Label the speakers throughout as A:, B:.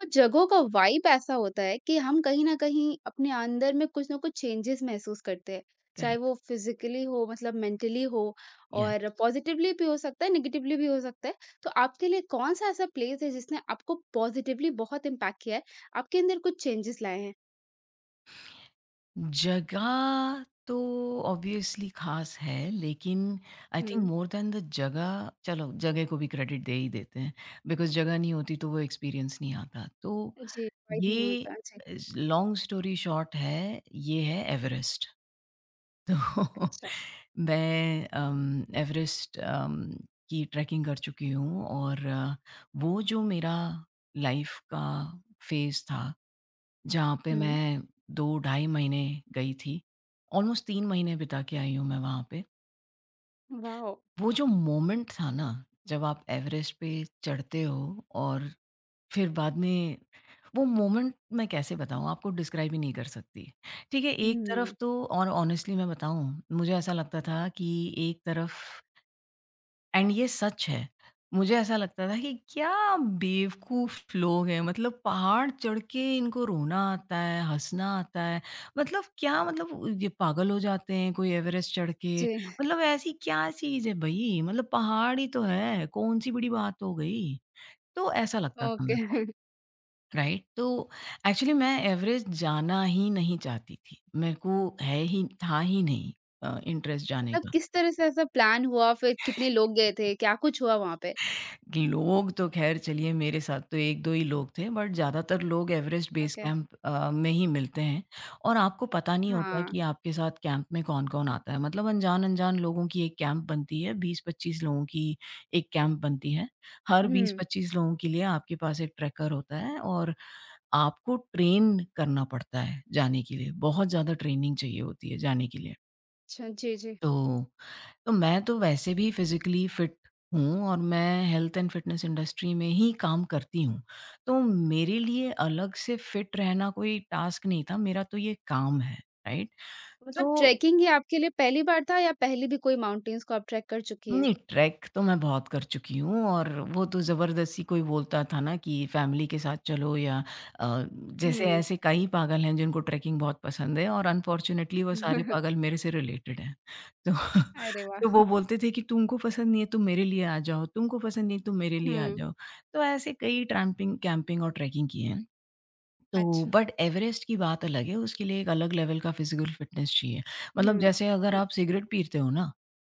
A: कुछ जगहों का वाइब ऐसा होता है कि हम कहीं न कहीं अपने अंदर में कुछ ना कुछ चेंजेस महसूस करते हैं। चाहे
B: करेक्ट,
A: वो फिज़िकली हो मतलब मेंटली हो।
B: यस।
A: और पॉज़िटिवली भी हो सकता है, नेगेटिवली भी हो सकता है। तो आपके लिए कौन-सा ऐसा प्लेस है जिसने आपको पॉज़िटिवली बहुत इम्पैक्ट किया है? आपके अंदर कुछ चेंजेस लाए हैं?
B: जगह तो ऑब्वियसली ख़ास है, लेकिन आई थिंक
A: हुँ।
B: मोर दैन द जगह चलो, जगह को भी क्रेडिट दे ही देते हैं, बिकॉज़ जगह नहीं होती तो वो एक्सपीरियंस नहीं आता। तो
A: जी, वाइब नहीं
B: ये
A: होता। जी।
B: इज़ लॉन्ग स्टोरी शॉर्ट है, ये है एवरेस्ट। तो
A: अच्छा।
B: मैं एवरेस्ट की ट्रैकिंग कर चुकी हूँ और वो जो मेरा लाइफ़ का फ़ेज़ था जहाँ पे
A: हुँ।
B: मैं 2 ढाई महीने गई थी। ऑलमोस्ट 3 महीने बिता के आई हूँ मैं वहाँ पे।
A: वॉव!
B: वो जो मोमेंट था ना, जब आप एवरेस्ट पे चढ़ते हो और फिर बाद में वो मोमेंट मैं कैसे बताऊँ आपको डिस्क्राइब ही नहीं कर सकती। ठीक है, एक तरफ
A: हुँ।
B: तो और ऑनेस्टली मैं बताऊँ, मुझे ऐसा लगता था कि एक तरफ एंड ये सच है। मुझे ऐसा लगता था कि क्या बेवकूफ़ लोग हैं, मतलब पहाड़ चढ़ के इनको रोना आता है, हँसना आता है। मतलब क्या मतलब ये पागल हो जाते हैं कोई एवरेस्ट चढ़ के,
A: जी,
B: मतलब ऐसी क्या चीज़ है भई? मतलब पहाड़ ही तो है, कौन-सी बड़ी बात हो गई? तो ऐसा लगता था
A: ओके।
B: मेरे को, राइट? तो एक्चुअली मैं एवरेस्ट जाना ही नहीं चाहती थी। मेरे को है ही था ही नहीं इंटरेस्ट जाने
A: मतलब
B: का।
A: किस तरह से ऐसा प्लान हुआ? फिर कितने लोग गए थे? क्या कुछ हुआ वहाँ पे?
B: लोग तो ख़ैर चलिए मेरे साथ तो 1-2 ही लोग थे बट ज़्यादातर लोग एवरेस्ट बेस
A: ओके,
B: कैंप में ही मिलते हैं और आपको पता नहीं होता
A: हाँ।
B: कि आपके साथ कैंप में कौन-कौन आता है। मतलब अनजान-अनजान लोगों की एक कैंप बनती है, 20-25 लोगों की एक कैंप बनती है। हर
A: हुँ।
B: 20-25 लोगों के लिए आपके पास एक ट्रैकर होता है और आपको ट्रेन करना पड़ता है जाने के लिए। बहुत ज़्यादा ट्रेनिंग चाहिए होती है जाने के लिए।
A: अच्छा, जी, जी।
B: तो मैं तो वैसे भी फिज़िकली फ़िट हूँ और मैं हेल्थ एंड फ़िटनेस इंडस्ट्री में ही काम करती हूँ। तो मेरे लिए अलग से फ़िट रहना कोई टास्क नहीं था, मेरा तो ये काम है, राइट?
A: मतलब
B: तो
A: ट्रैकिंग ही आपके लिए पहली बार था या पहले भी कोई माउंटेन्स को आप ट्रैक कर चुकी हैं?
B: नहीं, ट्रैक तो मैं बहुत कर चुकी हूँ और वो तो ज़बरदस्ती कोई बोलता था ना कि फैमिली के साथ चलो या जैसे
A: हुँ।
B: ऐसे कई पागल हैं जिनको ट्रैकिंग बहुत पसंद है और अनफॉर्च्युनेटली वो सारे पागल मेरे से रिलेटेड हैं। तो
A: अरे
B: तो
A: वाह!
B: वो बोलते थे कि तुमको पसंद नहीं है तुम मेरे लिए आ जाओ, तुमको पसंद नहीं है तुम मेरे लिए आ
A: हुँ,
B: जाओ। तो ऐसे कई ट्रैम्पिंग कैंपिंग और ट्रैकिंग की है। तो
A: अच्छा।
B: बट एवरेस्ट की बात अलग है, उसके लिए एक अलग लेवल का फिज़िकल फ़िटनेस चाहिए। मतलब
A: हुँ।
B: जैसे अगर आप सिगरेट पीते हो ना,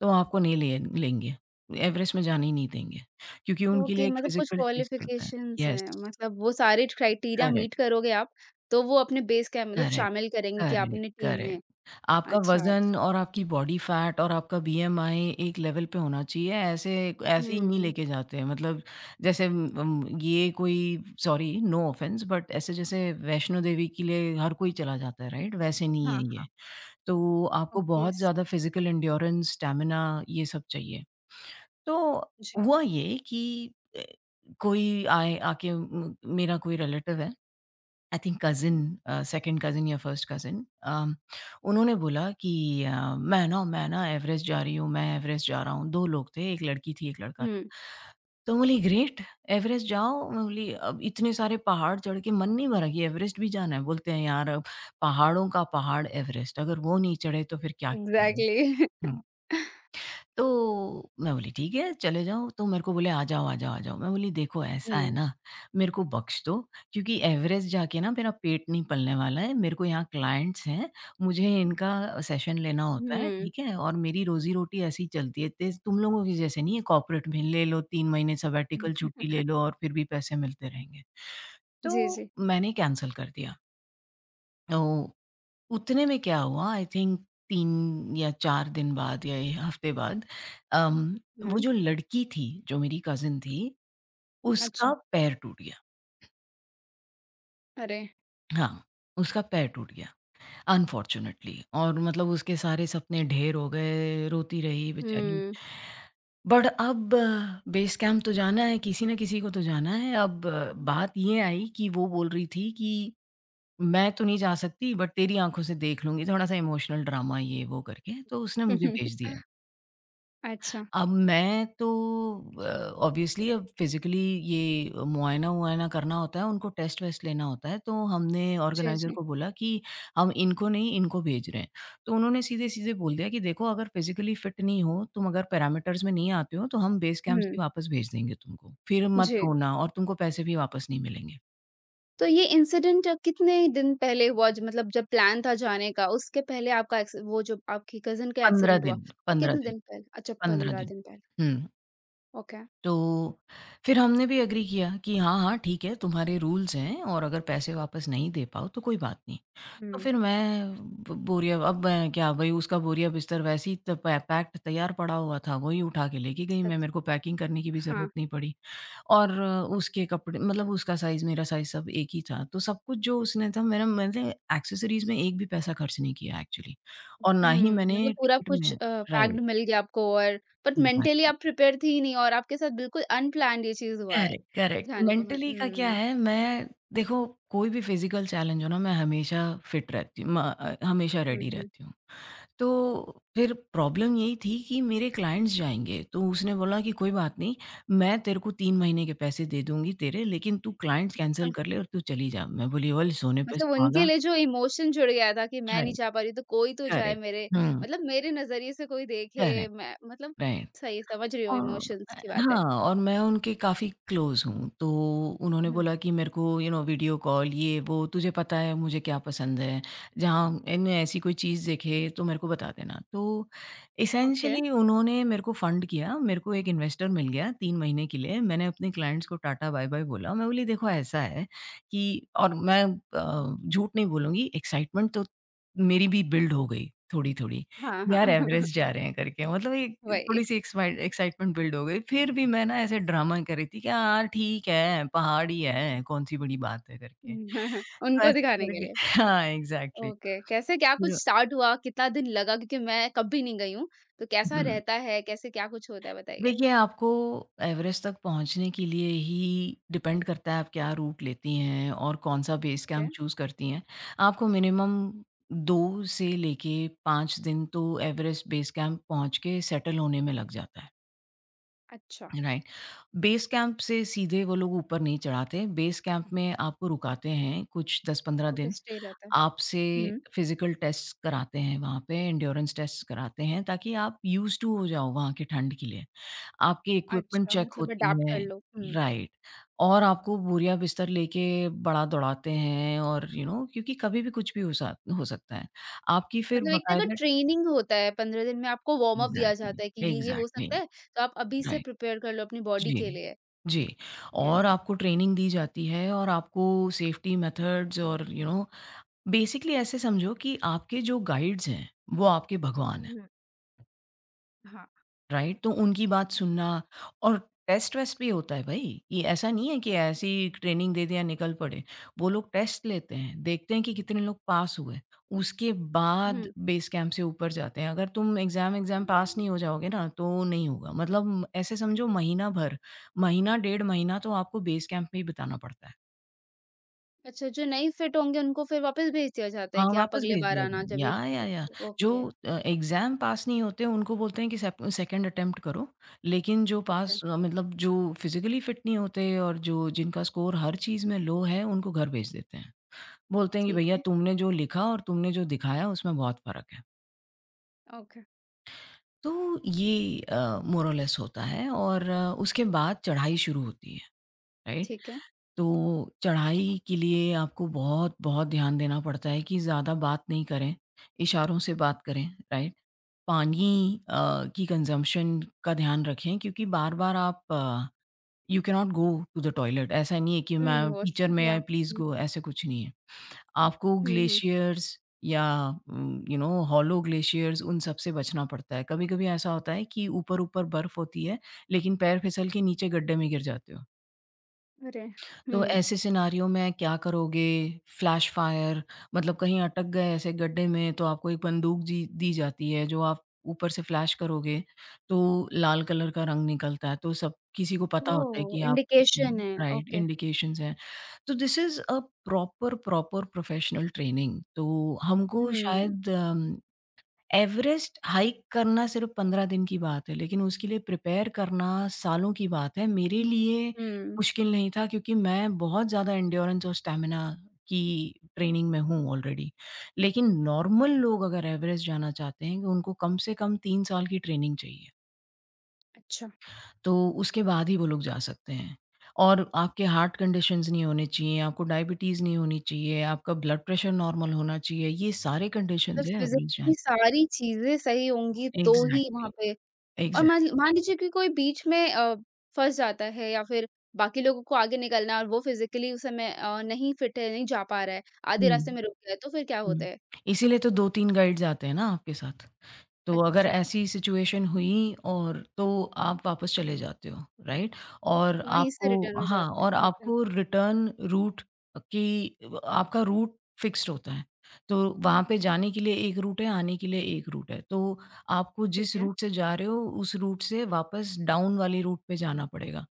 B: तो आपको नहीं ले लेंगे, एवरेस्ट में जाने ही नहीं देंगे, क्योंकि उनके
A: ओके,
B: लिए एक
A: मतलब कुछ
B: फिज़िकल टेस्ट होता है।
A: क्वालिफ़िकेशंस
B: यस,
A: हैं, मतलब वो सारे क्राइटेरिया
B: करेक्ट,
A: मीट करोगे आप, तो वो अपने बेस कैंप मतलब
B: करेक्ट,
A: शामिल करेंगे कि
B: करेक्ट,
A: आपने टीम में।
B: करेक्ट। आपका
A: अच्छा,
B: वज़न
A: अच्छा।
B: और आपकी बॉडी फैट और आपका बीएमआई एक लेवल पे होना चाहिए, ऐसे ऐसे ही नहीं
A: हुँ,
B: लेके जाते हैं। मतलब जैसे ये कोई सॉरी नो ऑफेंस बट ऐसे जैसे वैष्णो देवी के लिए हर कोई चला जाता है, राइट? वैसे नहीं
A: हाँ,
B: है ये। तो आपको
A: ओके,
B: बहुत
A: यस।
B: ज़्यादा फिज़िकल एंड्योरेंस, स्टैमिना ये सब चाहिए। तो
A: जी।
B: हुआ ये कि अ, कोई आए आके मेरा कोई रिलेटिव है I think cousin second cousin या फर्स्ट कज़िन अम, उन्होंने बोला कि मैं ना एवरेस्ट जा रही हूँ, मैं एवरेस्ट जा रहा हूँ।" 2 लोग थे, 1 लड़की थी, 1 लड़का।
A: हुँ,
B: तो मैं बोली, "ग्रेट! एवरेस्ट जाओ।" मैं बोली, "अब इतने सारे पहाड़ चढ़ के मन नहीं भरा कि एवरेस्ट भी जाना है?" बोलते हैं, "यार, अब पहाड़ों का पहाड़ एवरेस्ट, अगर वो नहीं चढ़े तो फिर क्या?" हुँ।
A: एग्ज़ैक्टली।
B: तो मैं बोली ठीक है चले जाओ, तो मेरे को बोले आ जाओ, आ जाओ, आ जाओ। मैं बोली देखो ऐसा है
A: हुँ,
B: ना, मेरे को बख्श दो क्योंकि एवरेस्ट जाके ना मेरा पेट नहीं पलने वाला है। मेरे को यहाँ क्लाइंट्स हैं, मुझे इनका सेशन लेना होता है,
A: हुँ।
B: ठीक है? और मेरी रोज़ी-रोटी ऐसी ही चलती है। तेज़ तुम लोगों की जैसे नहीं है कॉर्पोरेट में ले लो 3 महीने सबैटिकल छुट्टी ले लो और फिर भी पैसे मिलते रहेंगे।
A: जी,
B: तो
A: जी।
B: मैंने कैंसल कर दिया। तो उतने में क्या हुआ आई थिंक 3 या 4 दिन बाद या 1 हफ्ते बाद अम, वो
A: हुँ,
B: जो लड़की थी, जो मेरी कज़िन थी, उसका
A: अच्छा।
B: पैर टूट गया।
A: अरे!
B: हाँ, उसका पैर टूट गया अनफॉर्च्यूनेटली और मतलब उसके सारे सपने ढेर हो गए, रोती रही बेचारी।
A: हुँ।
B: बट अब बेस कैंप तो जाना है, किसी न किसी को तो जाना है। अब बात ये आई कि वो बोल रही थी कि मैं तो नहीं जा सकती बट तेरी आँखों से देख लूँगी, थोड़ा-सा इमोशनल ड्रामा ये वो करके, तो उसने मुझे भेज दिया।
A: अच्छा,
B: अब मैं तो अ, ऑब्वियसली अब फिज़िकली ये मुआयना-वुआयना करना होता है, उनको टेस्ट-वेस्ट लेना होता है, तो हमने
A: जी,
B: ऑर्गेनाइज़र
A: जी।
B: को बोला कि हम इनको नहीं, इनको भेज रहे हैं। तो उन्होंने सीधे-सीधे बोल दिया कि देखो अगर फिज़िकली फिट नहीं हो, तुम अगर पैरामीटर्स में नहीं आते हो, तो हम बेस कैंप से
A: हुँ,
B: ही वापस भेज देंगे तुमको। फिर मत
A: जी।
B: रोना और तुमको पैसे भी वापस नहीं मिलेंगे।
A: तो ये इंसिडेंट कितने दिन पहले हुआ ज मतलब जब प्लान था जाने का, उसके पहले आपका एक्स वो जो आपकी कज़िन का
B: 15
A: एक्सीडेंट हुआ,
B: दिन,
A: वो
B: 15
A: कितने
B: दिन,
A: दिन पहले? अच्छा,
B: 15
A: 15
B: दिन।
A: दिन पहले,
B: हुँ।
A: ओके।
B: तो फिर हमने भी एग्री किया कि हाँ, हाँ, ठीक है तुम्हारे रूल्स हैं और अगर पैसे वापस नहीं दे पाओ तो कोई बात नहीं। तो
A: हुँ,
B: फिर मैं ब बोरिया अब मैं क्या भई उसका बोरिया बिस्तर वैसे ही त पै पैक्ड तैयार पड़ा हुआ था, वही उठा के लेके गई मैं,
A: अच्छा।
B: मेरे को पैकिंग करने की भी
A: हाँ।
B: ज़रूरत नहीं पड़ी और उसके कपड़े मतलब उसका साइज़, मेरा साइज़ सब एक ही था। तो सब कुछ जो उसने था मेरा मैंने एक्सेसरीज़ में एक भी पैसा खर्च नहीं किया एक्चुअली और ना ही
A: हुँ, मतलब
B: मैंने
A: पूरा
B: टिकट में
A: कुछ पैक्ड
B: राइट,
A: मिल गया आपको। और बट मेंटली
B: एग्ज़ैक्टली।
A: आप प्रिपेयर थी ही नहीं और आपके साथ बिल्कुल अनप्लान्ड ये चीज़ हुआ है।
B: Correct, correct.
A: जाने को मिल
B: मेंटली का क्या
A: हुँ,
B: है मैं देखो कोई भी फिज़िकल चैलेंज हो ना मैं हमेशा फिट रहती हूँ, हमेशा
A: हुँ,
B: रेडी
A: हुँ।
B: रहती हूँ। तो फिर प्रॉब्लम यही थी कि मेरे क्लाइंट्स जाएँगे, तो उसने बोला कि कोई बात नहीं, मैं तेरे को 3 महीने के पैसे दे दूँगी तेरे लेकिन तू क्लाइंट्स कैंसल कर ले और तू चली जा। मैं बोली, "ओल सोने पे
A: मतलब उनके
B: सुहागा।"
A: लिए जो इमोशन जुड़ गया था कि मैं नहीं
B: राइट,
A: जा पा रही हूँ, तो कोई तो जाए
B: करेक्ट।
A: मेरे,
B: हुँ,
A: मतलब मेरे नज़रिए से कोई देखे।
B: करेक्ट,
A: मैं मतलब
B: राइट।
A: सही समझ रही हूँ,
B: हाँ,
A: इमोशंस की बात है।
B: हाँ और मैं उनके काफ़ी क्लोज़ हूँ, तो उन्होंने
A: हुँ।
B: बोला कि मेरे को वीडियो कॉल ये वो तुझे पता है मुझे क्या पसंद है, जहाँ इनने ऐसी कोई चीज़ देखे तो मेरे को बता देना। तो
A: ओके।
B: एसेंशियली उन्होंने मेरे को फंड किया, मेरे को एक इन्वेस्टर मिल गया 3 महीने के लिए, मैंने अपने क्लाइंट्स को टाटा बाय-बाय बोला, मैं बोली देखो ऐसा है कि और मैं झूठ नहीं बोलूँगी एक्साइटमेंट तो मेरी भी बिल्ड हो गई थोड़ी-थोड़ी।
A: हाँ,
B: यार
A: हाँ।
B: एवरेस्ट जा रहे हैं करके मतलब एक
A: वही।
B: थोड़ी-सी एक्समाइट एक्साइटमेंट बिल्ड हो गई। फिर भी मैं ना ऐसे ड्रामा कर रही थी कि हाँ, ठीक है, पहाड़ ही है, कौन सी बड़ी बात है करके। तो
A: उनको
B: ऐसे
A: दिखाने के
B: करके
A: लिए।
B: हाँ, एग्ज़ैक्टली
A: ओके, कैसे क्या कुछ
B: फिर
A: स्टार्ट हुआ? कितना दिन लगा? क्योंकि मैं कभी नहीं गई हूँ, तो कैसा
B: हुँ।
A: रहता है? कैसे क्या कुछ होता है बताइए?
B: देखिए, आपको एवरेस्ट तक पहुँचने के लिए ही डिपेंड करता है आप क्या रूट लेती हैं और कौन-सा बेस
A: ओके,
B: कैंप चूज़ करती हैं। आपको मिनिमम 2 से लेके 5 दिन तो एवरेस्ट बेस कैंप पहुँच के सेटल होने में लग जाता है।
A: अच्छा।
B: राइट। बेस कैंप से सीधे वो लोग ऊपर नहीं चढ़ाते। बेस कैंप में आपको रुकाते हैं कुछ 10-15
A: ओके,
B: दिन।
A: स्टे रहता है।
B: आपसे
A: हुँ।
B: फिज़िकल टेस्ट्स कराते हैं वहाँ पे, एंड्योरेंस टेस्ट्स कराते हैं ताकि आप यूज़्ड टू हो जाओ वहाँ की ठंड के लिए। आपकी इक्विपमेंट
A: अच्छा,
B: चेक
A: मतलब
B: होती
A: अडैप्ट कर
B: है
A: लो। हुँ।
B: राइट और आपको बोरिया बिस्तर लेके बड़ा दौड़ाते हैं और यू you नो know, क्योंकि कभी भी कुछ भी हो सकता है। आपकी फिर
A: मतलब एक तरह का
B: बाकायदा
A: ट्रेनिंग होता है। 15 दिन में आपको वार्म अप दिया
B: एग्ज़ैक्टली,
A: जाता है कि ये हो
B: एग्ज़ैक्टली,
A: सकता है, तो आप अभी से
B: राइट।
A: प्रिपेयर कर लो अपनी बॉडी के
B: जी,
A: लिए।
B: जी।
A: क्या
B: और आपको ट्रेनिंग दी जाती है और आपको सेफ्टी मेथड्स और बेसिकली ऐसे समझो कि आपके जो गाइड्स हैं, वो आपके भगवान हैं।
A: हुँ, हाँ।
B: राइट? तो उनकी बात सुनना और टेस्ट-वेस्ट भी होता है भई। ये ऐसा नहीं है कि ऐसे ही ट्रेनिंग दे दिया निकल पड़े। वो लोग टेस्ट लेते हैं, देखते हैं कि कितने लोग पास हुए। उसके बाद
A: हुँ।
B: बेस कैंप से ऊपर जाते हैं। अगर तुम एग्ज़ाम एग्ज़ाम पास नहीं हो जाओगे ना तो नहीं होगा। मतलब ऐसे समझो महीना भर, महीना डेढ़ महीना तो आपको बेस कैंप में ही बिताना पड़ता है।
A: अच्छा, जो नहीं फिट होंगे उनको फिर वापस भेज दिया जाता है
B: हाँ,
A: कि आप
B: वापस
A: अगले
B: भेज
A: बार
B: दिया था।
A: आना जब भी
B: याह! याह! याह!
A: फिट।
B: जो
A: ओके,
B: एग्ज़ाम पास नहीं होते उनको बोलते हैं कि सेप सेकंड अटेम्प्ट करो, लेकिन जो
A: ओके,
B: पास मतलब जो फ़िज़िकली फ़िट नहीं होते और जो जिनका स्कोर हर चीज़ में लो है, उनको घर भेज देते हैं। बोलते हैं कि
A: ठीक
B: भैया
A: है।
B: तुमने जो लिखा और तुमने जो दिखाया उसमें बहुत फ़र्क है।
A: ओके।
B: तो ये मोर और लेस होता है और उसके बाद चढ़ाई शुरू होती है, राइट?
A: ठीक है।
B: तो चढ़ाई के लिए आपको बहुत-बहुत ध्यान देना पड़ता है कि ज़्यादा बात नहीं करें, इशारों से बात करें, राइट? पानी की कंज़म्पशन का ध्यान रखें क्योंकि बार-बार आप you can not go to the toilet. ऐसा नहीं है कि
A: हुँ,
B: मैं टीचर,
A: वॉशरूम
B: मे
A: या
B: आई प्लीज़
A: हुँ,
B: गो, ऐसा कुछ नहीं है। आपको
A: हुँ, हुँ।
B: ग्लेशियर्स या यू नो हॉलो ग्लेशियर्स, उन सब से बचना पड़ता है। कभी-कभी ऐसा होता है कि ऊपर-ऊपर बर्फ़ होती है, लेकिन पैर फिसल के नीचे गड्ढे में गिर जाते हो।
A: अरे!
B: तो
A: हुँ।
B: ऐसे सिनेरियो में क्या करोगे? फ्लैश फायर मतलब कहीं अटक गए ऐसे गड्ढे में तो आपको एक बंदूक जी दी जाती है जो आप ऊपर से फ्लैश करोगे तो लाल कलर का रंग निकलता है। तो सब किसी को पता होता है
A: ओह!
B: कि आप।
A: इंडिकेशन
B: हुँ,
A: है।
B: Right,
A: okay.
B: इंडिकेशंस हैं। तो this is a proper professional training. तो हमको
A: हुँ।
B: शायद अम एवरेस्ट हाइक करना सिर्फ़ 15 दिन की बात है, लेकिन उसके लिए प्रिपेयर करना सालों की बात है। मेरे
A: हुँ।
B: लिए
A: हुँ,
B: मुश्किल नहीं था क्योंकि मैं बहुत ज़्यादा एंड्योरेंस और स्टैमिना की ट्रेनिंग में हूँ ऑलरेडी। लेकिन नॉर्मल लोग अगर एवरेस्ट जाना चाहते हैं, तो उनको कम से कम 3 साल की ट्रेनिंग चाहिए,
A: अच्छा।
B: तो उसके बाद ही वो लोग जा सकते हैं। और आपके हार्ट कंडीशंस नहीं होने चाहिए, आपको डायबिटीज़ नहीं होनी चाहिए, आपका ब्लड प्रेशर नॉर्मल होना चाहिए। ये सारे
A: तो
B: कंडीशंस हैं एवरेस्ट जाने
A: फिज़िकली
B: के।
A: सारी चीज़ें सही होंगी तो ही वहाँ
B: एग्ज़ैक्टली,
A: पे। और
B: एग्ज़ैक्टली।
A: मान मान लीजिए कि कोई बीच में फँस जाता है, या फिर बाकी लोगों को आगे निकलना है और वो फिज़िकली उस समय नहीं फिट है, नहीं जा पा रहा है, आधे रास्ते
B: हुँ,
A: में रुक गया है, तो फिर क्या होता
B: हुँ।
A: है?
B: इसीलिए तो 2-3 गाइड्स आते हैं ना आपके साथ। तो अगर
A: अच्छा,
B: ऐसी सिचुएशन हुई और तो आप वापस चले जाते हो, राइट? और
A: वहीं से रिटर्न
B: आपको,
A: हो
B: हाँ,
A: जाते
B: और
A: हैं। ओके,
B: आपको रिटर्न रूट की, आपका रूट फिक्स्ड होता है। तो वहाँ पे जाने के लिए एक रूट है, आने के लिए एक रूट है। तो आपको
A: ठीक
B: जिस
A: है।
B: रूट से जा रहे हो, उस रूट से वापस डाउन वाले रूट पे जाना पड़ेगा।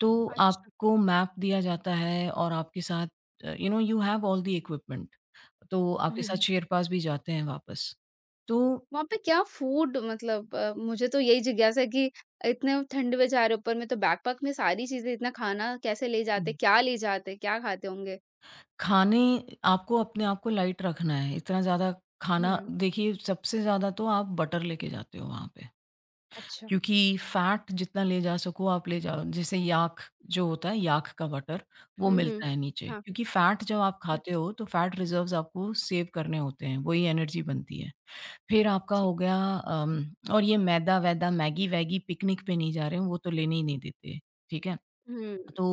B: तो
A: अच्छा।
B: आपको मैप दिया जाता है और आपके साथ you know you have all the equipment. तो आपके
A: हुँ,
B: साथ
A: हुँ।
B: शेर-पास भी जाते हैं वापस। तो
A: वहाँ पे क्या फूड, मतलब मुझे तो यही जिज्ञासा है कि इतने ठंड में जा रहे हो, ऊपर में तो बैकपैक में सारी चीज़ें, इतना खाना कैसे ले जाते, क्या खाते होंगे?
B: खाने, आपको अपने आप को लाइट रखना है, इतना ज़्यादा खाना।
A: हुँ,
B: देखिए सबसे ज़्यादा तो आप बटर लेके जाते हो वहाँ पे,
A: अच्छा।
B: क्योंकि फैट जितना ले जा सको आप ले जाओ। जैसे याक जो होता है, याक का बटर, वो
A: हुँ, हुँ।
B: मिलता है नीचे,
A: हाँ,
B: क्योंकि फैट जब आप खाते
A: अच्छा,
B: हो तो फैट रिज़र्व्स आपको सेव करने होते हैं, वही एनर्जी बनती है। फिर आपका हो
A: ठीक।
B: गया, और ये मैदा-वैदा, मैगी-वैगी, पिकनिक पे नहीं जा रहे हैं, वो तो लेने ही नहीं देते, ठीक है?
A: हुँ,
B: तो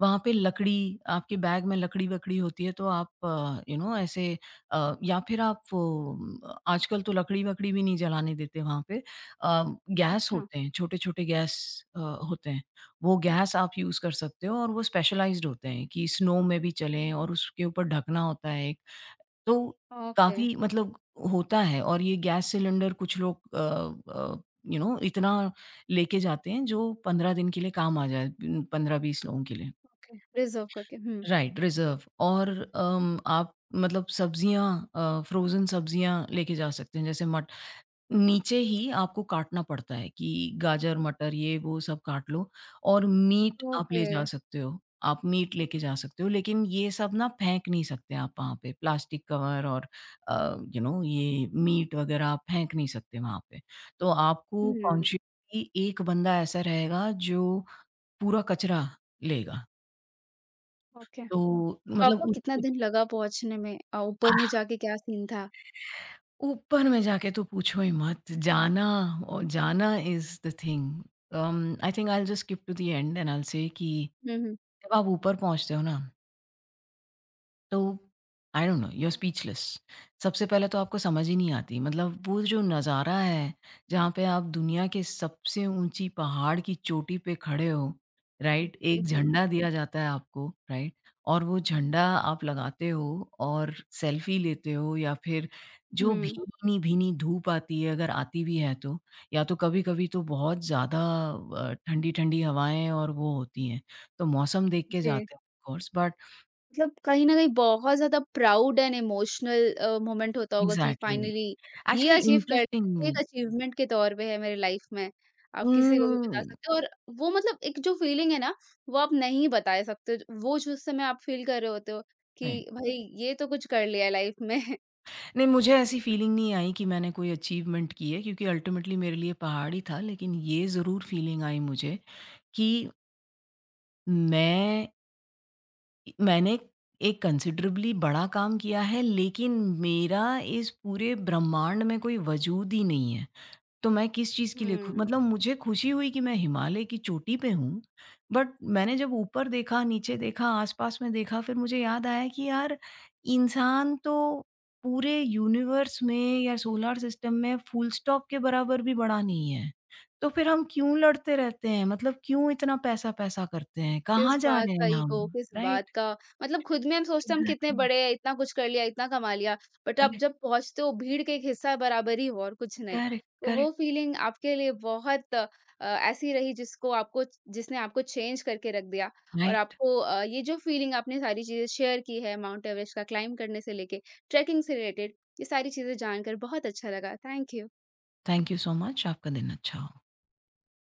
B: वहाँ पे लकड़ी, आपके बैग में लकड़ी-वकड़ी होती है तो आप यू नो ऐसे या फिर आप वो अम, आजकल तो लकड़ी-वकड़ी भी नहीं जलाने देते वहाँ पे। गैस
A: अच्छा,
B: होते हैं, छोटे-छोटे गैस होते हैं। वो गैस आप यूज़ कर सकते हो और वो स्पेशलाइज़्ड होते हैं कि स्नो में भी चलें, और उसके ऊपर ढकना होता है एक। तो
A: ओके।
B: काफ़ी मतलब होता है और ये गैस सिलेंडर कुछ लोग अ, यू नो इतना लेके जाते हैं जो 15 दिन के लिए काम आ जाए, 15-20 लोगों के लिए।
A: ओके, रिज़र्व करके, हुँ।
B: राइट, रिज़र्व और आप मतलब सब्जियाँ, फ्रोज़न सब्जियाँ लेके जा सकते हैं, जैसे मटर। नीचे ही आपको काटना पड़ता है कि गाजर, मटर, ये वो सब काट लो, और मीट आप
A: ओके।
B: ले जा सकते हो। आप मीट लेके जा सकते हो लेकिन ये सब ना फेंक नहीं सकते आप वहाँ पे। प्लास्टिक कवर और यू नो ये मीट वग़ैरह आप फेंक नहीं सकते वहाँ पे। तो आपको
A: हुँ,
B: कॉन्शियसली एक बंदा ऐसा रहेगा जो पूरा कचरा लेगा।
A: ओके।
B: तो
A: तो
B: मतलब
A: आपको कितना
B: उसके
A: दिन लगा पहुँचने में? ऊपर में जाके क्या सीन था?
B: ऊपर में जाके तो पूछो ही मत, जाना और जाना is the thing. I think I will just skip to the end and I will say कि
A: हुँ, हुँ।
B: जब आप ऊपर पहुँचते हो ना, तो I don't know, you are speechless. सबसे पहले तो आपको समझ ही नहीं आती, मतलब वो जो नज़ारा है, जहाँ पे आप दुनिया के सबसे ऊँची पहाड़ की चोटी पे खड़े हो, राइट?
A: हुँ,
B: एक जी झंडा दिया जाता है आपको, राइट? और वो झंडा आप लगाते हो और सेल्फ़ी लेते हो, या फिर जो
A: हुँ।
B: भीनी-भीनी धूप आती है, अगर आती भी है तो, या तो कभी-कभी तो बहुत ज़्यादा ठंडी-ठंडी हवाएँ और वो होती हैं, तो मौसम देख के
A: जी।
B: जाते हैं ऑफ़ कोर्स, बट
A: मतलब कहीं न कहीं बहुत ज़्यादा प्राउड एंड इमोशनल मोमेंट होता होगा कि
B: एग्ज़ैक्टली।
A: फाइनली ये
B: एक्चुअली
A: अचीव कर लिया, ये
B: इंटरेस्टिंगली,
A: एक अचीवमेंट के तौर पे है मेरे लाइफ़ में। आप किसी को भी बता
B: हुँ,
A: सकते हो और वो मतलब एक जो फीलिंग है ना, वो आप नहीं बता सकते हो। वो जो उस समय आप फील कर रहे होते हो कि
B: राइट।
A: भई ये तो कुछ कर लिया लाइफ़ में।
B: नहीं, मुझे ऐसी फीलिंग नहीं आई कि मैंने कोई अचीवमेंट की है, क्योंकि अल्टीमेटली मेरे लिए पहाड़ ही था। लेकिन ये ज़रूर फीलिंग आई मुझे कि मैं मैंने एक कंसिडरेबली बड़ा काम किया है, लेकिन मेरा इस पूरे ब्रह्मांड में कोई वजूद ही नहीं है। तो मैं किस चीज़ के लिए खु,
A: हुँ।
B: मतलब मुझे खुशी हुई कि मैं हिमालय की चोटी पे हूँ, बट मैंने जब ऊपर देखा, नीचे देखा, आस-पास में देखा, फिर मुझे याद आया कि यार, इंसान तो पूरे यूनिवर्स में या सोलर सिस्टम में फुल स्टॉप के बराबर भी बड़ा नहीं है। तो फिर हम क्यों लड़ते रहते हैं? मतलब क्यों इतना पैसा-पैसा करते हैं?
A: किस
B: कहाँ जा
A: बात
B: रहे
A: का
B: हैं
A: ईगो,
B: हम?
A: किस बात
B: राइट,
A: का मतलब, खुद में हम सोचते हैं हम कितने
B: एग्ज़ैक्टली,
A: बड़े हैं, इतना कुछ कर लिया, इतना कमा लिया, बट आप
B: करेक्ट,
A: जब पहुँचते हो भीड़ के एक हिस्सा बराबर ही हो और कुछ नहीं।
B: करेक्ट,
A: तो वो
B: करेक्ट,
A: फीलिंग आपके लिए बहुत ऐसी रही, जिसको आपको जिसने आपको चेंज करके रख दिया। और
B: राइट।
A: आपको ये जो फीलिंग, आपने सारी चीज़ें शेयर की है माउंट एवरेस्ट का क्लाइंब करने से लेके ट्रैकिंग से रिलेटेड, ये सारी चीज़ें जानकर बहुत अच्छा लगा। Thank you.
B: Thank you so much. आपका दिन अच्छा हो।